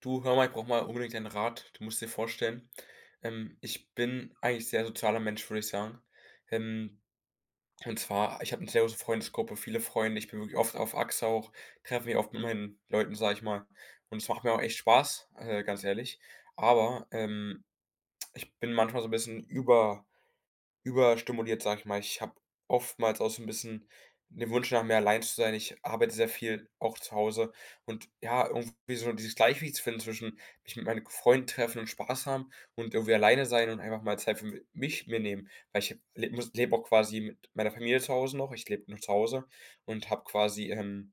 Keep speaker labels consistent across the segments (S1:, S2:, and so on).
S1: Du, hör mal, ich brauche mal unbedingt deinen Rat. Du musst dir vorstellen, ich bin eigentlich sehr sozialer Mensch, würde ich sagen. Ähm, und zwar, ich habe eine sehr große Freundesgruppe, viele Freunde. Ich bin wirklich oft auf Achse auch, treffe mich oft mit meinen Leuten, sage ich mal. Und es macht mir auch echt Spaß, ganz ehrlich. Aber ich bin manchmal so ein bisschen überstimuliert, sage ich mal. Ich habe oftmals auch so ein bisschen den Wunsch nach mehr allein zu sein. Ich arbeite sehr viel auch zu Hause, und ja, irgendwie so dieses Gleichgewicht zu finden zwischen mich mit meinen Freunden treffen und Spaß haben und irgendwie alleine sein und einfach mal Zeit für mi mich mir nehmen. Weil ich lebe auch quasi mit meiner Familie zu Hause noch. Ich lebe nur zu Hause und habe quasi,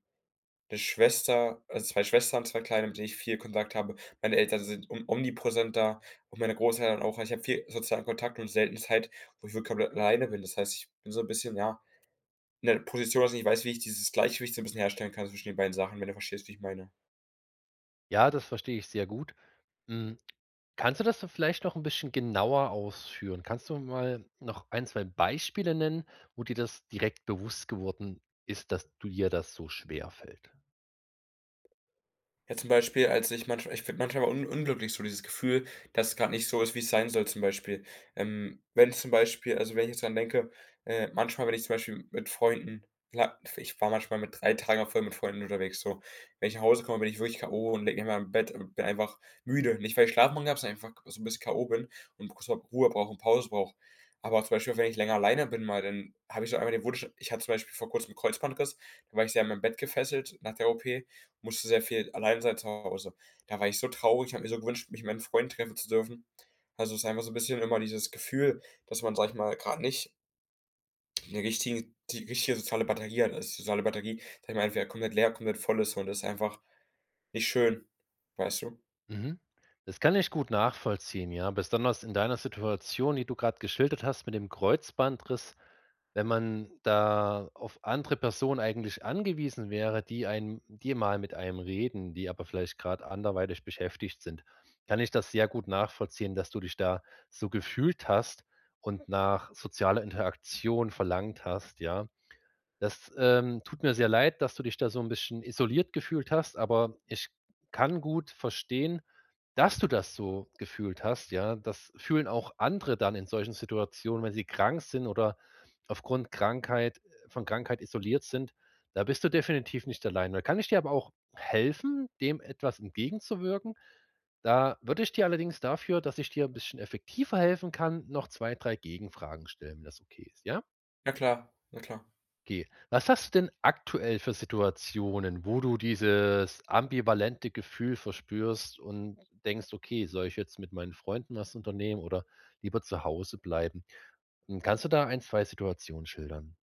S1: 'ne Schwester, also 2 Schwestern, 2 Kleine, mit denen ich viel Kontakt habe. Meine Eltern sind om omnipräsent da und meine Großeltern auch. Also, ich habe viel sozialen Kontakt und selten Zeit, wo ich wirklich komplett alleine bin. Das heißt, ich bin so 'n bisschen, ja, in der Position, dass ich nicht weiß, wie ich dieses Gleichgewicht so 'n bisschen herstellen kann zwischen den beiden Sachen, wenn du verstehst, wie ich meine.
S2: Ja, das verstehe ich sehr gut. Hm, kannst du das so vielleicht noch ein bisschen genauer ausführen? Kannst du mal noch ein, 2 Beispiele nennen, wo dir das direkt bewusst geworden ist, dass du dir das so schwer fällt?
S1: Ja, zum Beispiel, als ich manchmal ich finde manchmal un unglücklich so dieses Gefühl, dass es gerade nicht so ist, wie es sein soll, zum Beispiel. Wenn zum Beispiel, also, wenn ich jetzt dran denke, manchmal, wenn ich zum Beispiel mit Freunden la ich war manchmal mit 3 Tagen voll mit Freunden unterwegs, so. Wenn ich nach Hause komme, bin ich wirklich K.O. und lege mich mal im Bett und bin einfach müde. Nicht, weil ich Schlafmangel habe, sondern einfach so ein bisschen K.O. bin und kurz mal Ruhe brauche und Pause brauche. Aber zum Beispiel, wenn ich länger alleine bin mal, dann habe ich so einmal den Wunsch, ich hatte zum Beispiel vor Kurzem 'n Kreuzbandriss, da war ich sehr an meinem Bett gefesselt nach der OP. Musste sehr viel allein sein zu Hause. Da war ich so traurig, habe mir so gewünscht, mich mit meinen Freunden treffen zu dürfen. Also, es ist einfach so ein bisschen immer dieses Gefühl, dass man, sage ich mal, gerade nicht den richtigen die richtige soziale Batterie hat. Also, die soziale Batterie, sage ich mal, entweder komplett leer, komplett voll ist, und das ist einfach nicht schön, weißt du?
S2: Mhm. Das kann ich gut nachvollziehen, ja. Besonders in deiner Situation, die du gerade geschildert hast mit dem Kreuzbandriss, wenn man da auf andere Personen eigentlich angewiesen wäre, die einem die mal mit einem reden, die aber vielleicht gerade anderweitig beschäftigt sind, kann ich das sehr gut nachvollziehen, dass du dich da so gefühlt hast und nach sozialer Interaktion verlangt hast, ja. Das, tut mir sehr leid, dass du dich da so ein bisschen isoliert gefühlt hast, aber ich kann gut verstehen, dass du das so gefühlt hast, ja. Das fühlen auch andere dann in solchen Situationen, wenn sie krank sind oder aufgrund Krankheit von Krankheit isoliert sind. Da bist du definitiv nicht allein. Da kann ich dir aber auch helfen, dem etwas entgegenzuwirken. Da würde ich dir allerdings dafür, dass ich dir ein bisschen effektiver helfen kann, noch 2, 3 Gegenfragen stellen, wenn das okay ist, ja?
S1: Ja klar, na klar.
S2: Okay. Was hast du denn aktuell für Situationen, wo du dieses ambivalente Gefühl verspürst und denkst: „Okay, soll ich jetzt mit meinen Freunden was unternehmen oder lieber zu Hause bleiben?“ Hm, kannst du da ein 2 Situationen schildern?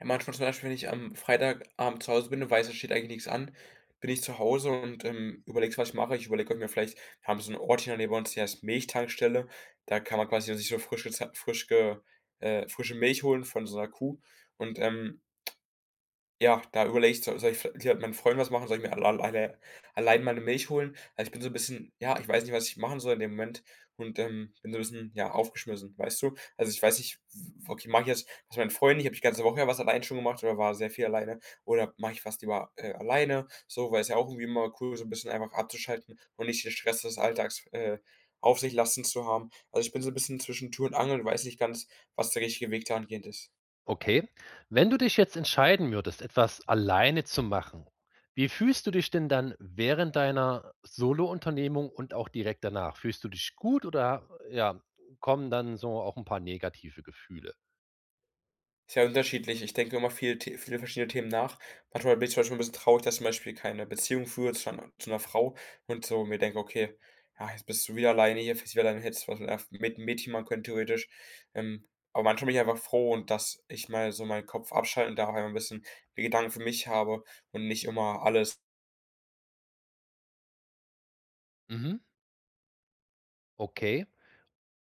S1: Ja, manchmal zum Beispiel, wenn ich am Freitagabend zu Hause bin und weiß, es steht eigentlich nichts an, bin ich zu Hause und, überlege, was ich mache. Ich überlege, ob ich mir vielleicht, wir haben so einen Ort hier in der Nähe bei uns, die heißt Milchtankstelle. Da kann man quasi sich so frisch gez frisch ge frische Milch holen von so einer Kuh und, ja, da überlege ich, soll ich vielleicht hier mit meinen Freunden was machen? Soll ich mir allein meine Milch holen? Also, ich bin so ein bisschen, ja, ich weiß nicht, was ich machen soll in dem Moment und, bin so ein bisschen, ja, aufgeschmissen, weißt du? Also, ich weiß nicht, w okay, mache ich jetzt was mit meinen Freunden? Ich habe die ganze Woche ja was allein schon gemacht oder war sehr viel alleine, oder mache ich was lieber, alleine, so, weil es ja auch irgendwie immer cool, so ein bisschen einfach abzuschalten und nicht den Stress des Alltags, auf sich lasten zu haben. Also, ich bin so ein bisschen zwischen Tür und Angel, weiß nicht ganz, was der richtige Weg dahingehend ist.
S2: Okay. Wenn du dich jetzt entscheiden würdest, etwas alleine zu machen, wie fühlst du dich denn dann während deiner Solo-Unternehmung und auch direkt danach? Fühlst du dich gut oder, ja, kommen dann so auch ein paar negative Gefühle?
S1: Ist ja unterschiedlich. Ich denke immer viel, The viele verschiedene Themen nach. Manchmal bin ich zum Beispiel ein bisschen traurig, dass ich zum Beispiel keine Beziehung führe zu einer zu 'ner Frau und so mir denke: „Okay, ja, jetzt bist du wieder alleine hier, fährst wieder alleine hin, hättest was mit einer mit 'nem Mädchen machen können, theoretisch.“ Ähm, aber manchmal bin ich einfach froh, und dass ich mal so meinen Kopf abschalten darf, einfach ein bisschen die Gedanken für mich habe und nicht immer alles.
S2: Mhm, okay.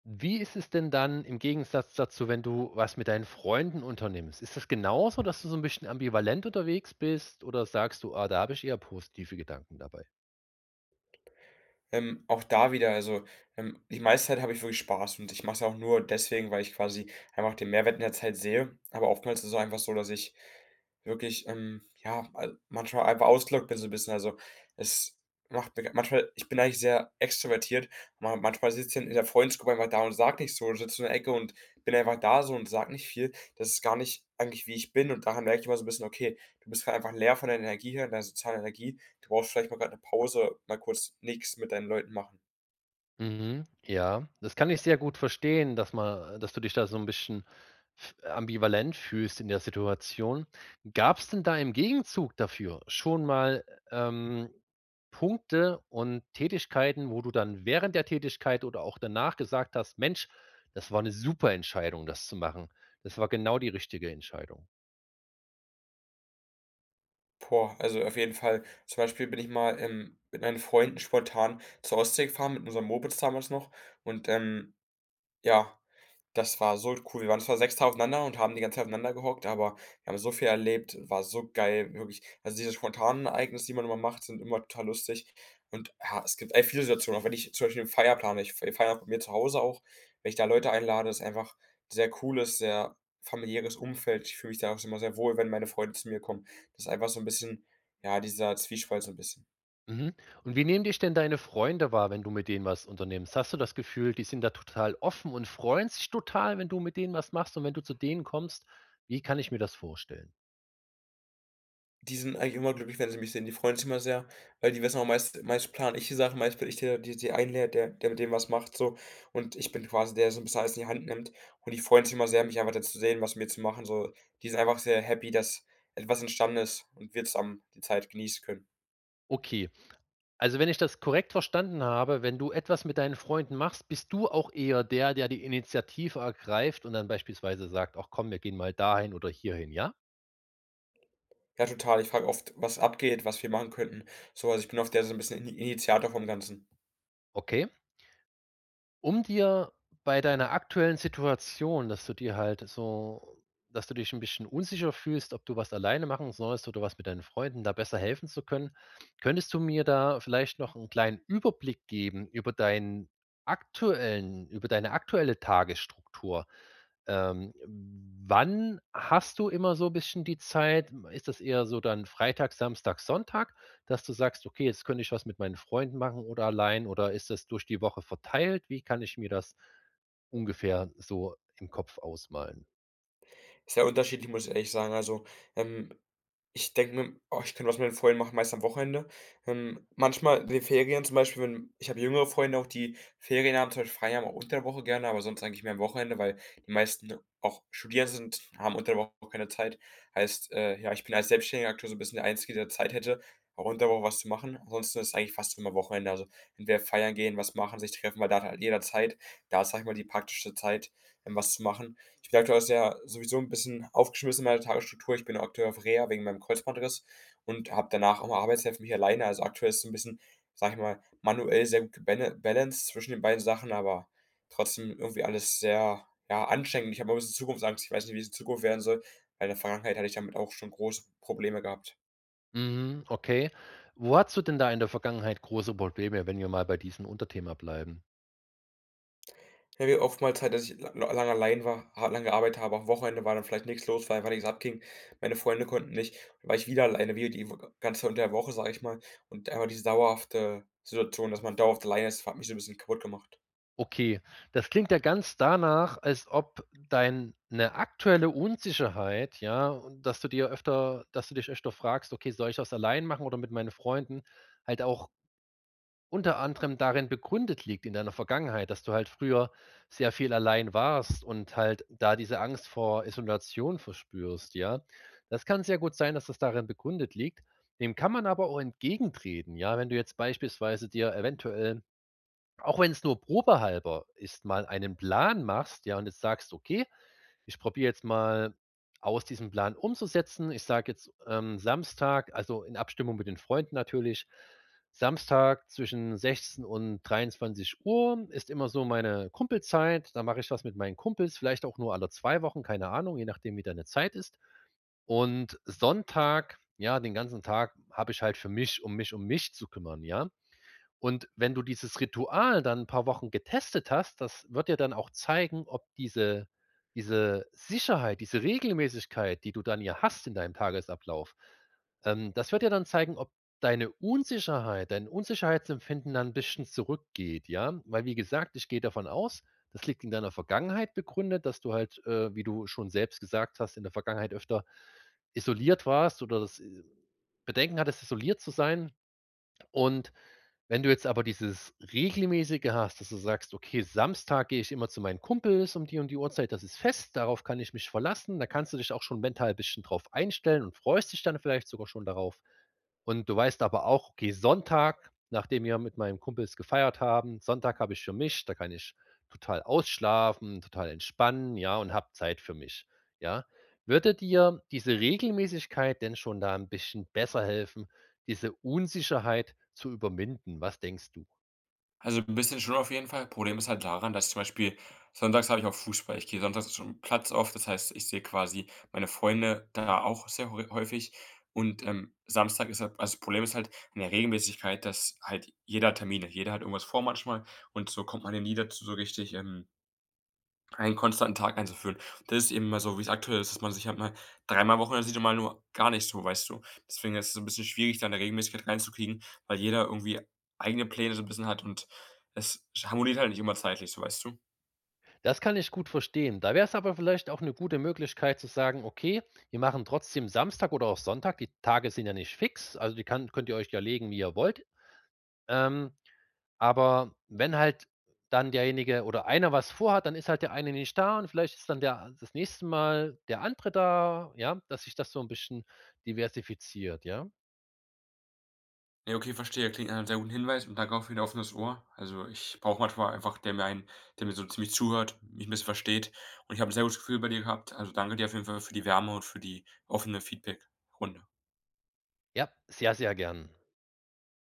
S2: Wie ist es denn dann im Gegensatz dazu, wenn du was mit deinen Freunden unternimmst? Ist das genauso, dass du so 'n bisschen ambivalent unterwegs bist oder sagst du: „Ah, da habe ich eher positive Gedanken dabei?“
S1: Auch da wieder, also, die meiste Zeit habe ich wirklich Spaß, und ich mache es auch nur deswegen, weil ich quasi einfach den Mehrwert in der Zeit sehe. Aber oftmals ist es auch einfach so, dass ich wirklich, ja, al manchmal einfach ausgelaugt bin, so 'n bisschen. Also, es macht mir manchmal, ich bin eigentlich sehr extrovertiert. Ma manchmal sitze ich in der Freundesgruppe einfach da und sage nichts, so, sitze in der Ecke und bin einfach da so und sage nicht viel. Das ist gar nicht eigentlich, wie ich bin, und daran merke ich immer so 'n bisschen: „Okay, du bist grad einfach leer von der Energie her, deiner sozialen Energie.“ Du brauchst vielleicht mal gerade eine Pause, mal kurz nichts mit deinen Leuten machen.
S2: Mhm, ja, das kann ich sehr gut verstehen, dass man, dass du dich da so ein bisschen f ambivalent fühlst in der Situation. Gab es denn da im Gegenzug dafür schon mal, ähm, Punkte und Tätigkeiten, wo du dann während der Tätigkeit oder auch danach gesagt hast: „Mensch, das war eine super Entscheidung, das zu machen. Das war genau die richtige Entscheidung.“
S1: Boah, also auf jeden Fall. Zum Beispiel bin ich mal, mit meinen Freunden spontan zur Ostsee gefahren mit unserem Mopeds damals noch und, ja, das war so cool. Wir waren zwar 6 da aufeinander und haben die ganze Zeit aufeinander gehockt, aber wir haben so viel erlebt, war so geil, wirklich. Also, diese spontanen Ereignisse, die man immer macht, sind immer total lustig. Und ja, es gibt, ey, viele Situationen, auch wenn ich zum Beispiel 'ne Feier plane, ich fe feiere bei mir zu Hause auch, wenn ich da Leute einlade, ist einfach ein sehr cooles, sehr familiäres Umfeld. Ich fühle mich da auch immer sehr wohl, wenn meine Freunde zu mir kommen. Das ist einfach so ein bisschen, ja, dieser Zwiespalt, so ein bisschen.
S2: Mhm. Und wie nehmen dich denn deine Freunde wahr, wenn du mit denen was unternimmst? Hast du das Gefühl, die sind da total offen und freuen sich total, wenn du mit denen was machst und wenn du zu denen kommst? Wie kann ich mir das vorstellen?
S1: Die sind eigentlich immer glücklich, wenn sie mich sehen. Die freuen sich immer sehr, weil die wissen auch, meist plane ich die Sachen, meist bin ich der, die einlädt, der mit dem was macht, so. Und ich bin quasi der, der so ein bisschen alles in die Hand nimmt. Und die freuen sich immer sehr, mich einfach dazu zu sehen, was mit mir zu machen, so. Die sind einfach sehr happy, dass etwas entstanden ist und wir zusammen die Zeit genießen können.
S2: Okay, also wenn ich das korrekt verstanden habe, wenn du etwas mit deinen Freunden machst, bist du auch eher der, der die Initiative ergreift und dann beispielsweise sagt, ach komm, wir gehen mal dahin oder hierhin, ja?
S1: Ja, total. Ich frage oft, was abgeht, was wir machen könnten, so. Also, ich bin oft der, so ein bisschen Initiator vom Ganzen.
S2: Okay. Um dir bei deiner aktuellen Situation, dass du dir halt so dass du dich ein bisschen unsicher fühlst, ob du was alleine machen sollst oder was mit deinen Freunden, da besser helfen zu können. Könntest du mir da vielleicht noch einen kleinen Überblick geben über deinen aktuellen über deine aktuelle Tagesstruktur? Ähm, wann hast du immer so ein bisschen die Zeit? Ist das eher so dann Freitag, Samstag, Sonntag? Dass du sagst: „Okay, jetzt könnte ich was mit meinen Freunden machen oder allein“ oder ist das durch die Woche verteilt? Wie kann ich mir das ungefähr so im Kopf ausmalen?
S1: Sehr unterschiedlich, muss ich ehrlich sagen. Also, ähm, ich denke mir: „Oh, ich kann was mit den Freunden machen“, meist am Wochenende. Manchmal in den Ferien zum Beispiel, wenn ich, habe jüngere Freunde auch, die Ferien haben, zum Beispiel frei haben, auch unter der Woche gerne, aber sonst eigentlich mehr am Wochenende, weil die meisten auch Studierende sind, haben unter der Woche auch keine Zeit. Heißt, ja, ich bin als Selbstständiger aktuell so ein bisschen der Einzige, der Zeit hätte, auch unter der Woche was zu machen. Ansonsten ist es eigentlich fast immer Wochenende. Also, entweder feiern gehen, was machen, sich treffen, weil da hat halt jeder Zeit. Da ist, sag ich mal, die praktischste Zeit, was zu machen. Ich bin aktuell auch sehr, sowieso ein bisschen aufgeschmissen in meiner Tagesstruktur. Ich bin aktuell auf Reha wegen meinem Kreuzbandriss und habe danach auch mal Arbeitshilfen, mich alleine. Also, aktuell ist so ein bisschen, sage ich mal, manuell sehr gut gebala zwischen den beiden Sachen, aber trotzdem irgendwie alles sehr, ja, anstrengend. Ich habe auch 'n bisschen Zukunftsangst. Ich weiß nicht, wie es in Zukunft werden soll, weil in der Vergangenheit hatte ich damit auch schon große Probleme gehabt.
S2: Mhm, okay. Wo hattest du denn da in der Vergangenheit große Probleme, wenn wir mal bei diesem Unterthema bleiben?
S1: Ja, wie oftmals halt, dass ich lange allein war, ha lange gearbeitet habe. Am Wochenende war dann vielleicht nichts los, weil einfach nichts abging. Meine Freunde konnten nicht. Dann war ich wieder alleine, wieder die w ganze unter der Woche, sage ich mal. Und einfach diese dauerhafte Situation, dass man dauerhaft alleine ist, hat mich so ein bisschen kaputt gemacht.
S2: Okay, das klingt ja ganz danach, als ob deine aktuelle Unsicherheit, ja, und dass du dich öfter fragst: „Okay, soll ich das allein machen oder mit meinen Freunden?“ halt auch unter anderem darin begründet liegt in deiner Vergangenheit, dass du halt früher sehr viel allein warst und halt da diese Angst vor Isolation verspürst, ja? Das kann sehr gut sein, dass das darin begründet liegt. Dem kann man aber auch entgegentreten, ja? Wenn du jetzt beispielsweise dir eventuell, auch wenn es nur probehalber ist, mal einen Plan machst, ja, und jetzt sagst: „Okay, ich probiere jetzt mal aus, diesen Plan umzusetzen. Ich sage jetzt, Samstag, also in Abstimmung mit den Freunden natürlich, Samstag zwischen 16 und 23 Uhr ist immer so meine Kumpelzeit. Da mache ich was mit meinen Kumpels, vielleicht auch nur alle 2 Wochen, keine Ahnung, je nachdem, wie deine Zeit ist. Und Sonntag, ja, den ganzen Tag habe ich halt für mich, um mich zu kümmern, ja? Und wenn du dieses Ritual dann ein paar Wochen getestet hast, das wird dir dann auch zeigen, ob diese Sicherheit, diese Regelmäßigkeit, die du dann ja hast in deinem Tagesablauf, das wird dir dann zeigen, ob dein Unsicherheitsempfinden dann 'n bisschen zurückgeht, ja? Weil wie gesagt, ich gehe davon aus, das liegt in deiner Vergangenheit begründet, dass du halt, wie du schon selbst gesagt hast, in der Vergangenheit öfter isoliert warst oder das, Bedenken hattest, isoliert zu sein und wenn du jetzt aber dieses regelmäßige hast, dass du sagst: „Okay, Samstag gehe ich immer zu meinen Kumpels um die und die Uhrzeit, das ist fest, darauf kann ich mich verlassen.“ Da kannst du dich auch schon mental ein bisschen drauf einstellen und freust dich dann vielleicht sogar schon darauf. Und du weißt aber auch, okay, Sonntag, nachdem wir mit meinen Kumpels gefeiert haben, Sonntag habe ich für mich, da kann ich total ausschlafen, total entspannen, ja, und habe Zeit für mich, ja. Würde dir diese Regelmäßigkeit denn schon da ein bisschen besser helfen, diese Unsicherheit zu überwinden? Was denkst du?
S1: Also ein bisschen schon, auf jeden Fall. Problem ist halt daran, dass ich zum Beispiel sonntags, habe ich auch Fußball. Ich gehe sonntags schon Platz auf, das heißt, ich sehe quasi meine Freunde da auch sehr häufig und, Samstag ist halt, also das Problem ist halt in der Regelmäßigkeit, dass halt jeder hat Termine. Jeder hat irgendwas vor manchmal, und so kommt man ja nie dazu, so richtig, einen konstanten Tag einzuführen. Das ist eben mal so, wie es aktuell ist, dass man sich halt mal dreimal Wochenende sieht und mal nur gar nicht so, weißt du? Deswegen ist es so ein bisschen schwierig, da 'ne Regelmäßigkeit reinzukriegen, weil jeder irgendwie eigene Pläne so ein bisschen hat, und es harmoniert halt nicht immer zeitlich so, weißt du?
S2: Das kann ich gut verstehen. Da wäre es aber vielleicht auch eine gute Möglichkeit zu sagen: „Okay, wir machen trotzdem Samstag oder auch Sonntag“ die Tage sind ja nicht fix, also, die kann könnt ihr euch ja legen, wie ihr wollt, ähm aber wenn halt dann derjenige oder einer was vorhat, dann ist halt der eine nicht da und vielleicht ist dann der das nächste Mal der andere da, ja, dass sich das so 'n bisschen diversifiziert, ja?
S1: Ja, okay, verstehe. Klingt nach 'nem sehr guten Hinweis, und danke auch für dein offenes Ohr. Also, ich brauche manchmal einfach, der mir so ziemlich zuhört, mich 'n bisschen versteht, und ich habe ein sehr gutes Gefühl bei dir gehabt. Also, danke dir auf jeden Fall für die Wärme und für die offene Feedback-Runde.
S2: Ja, sehr, sehr gern.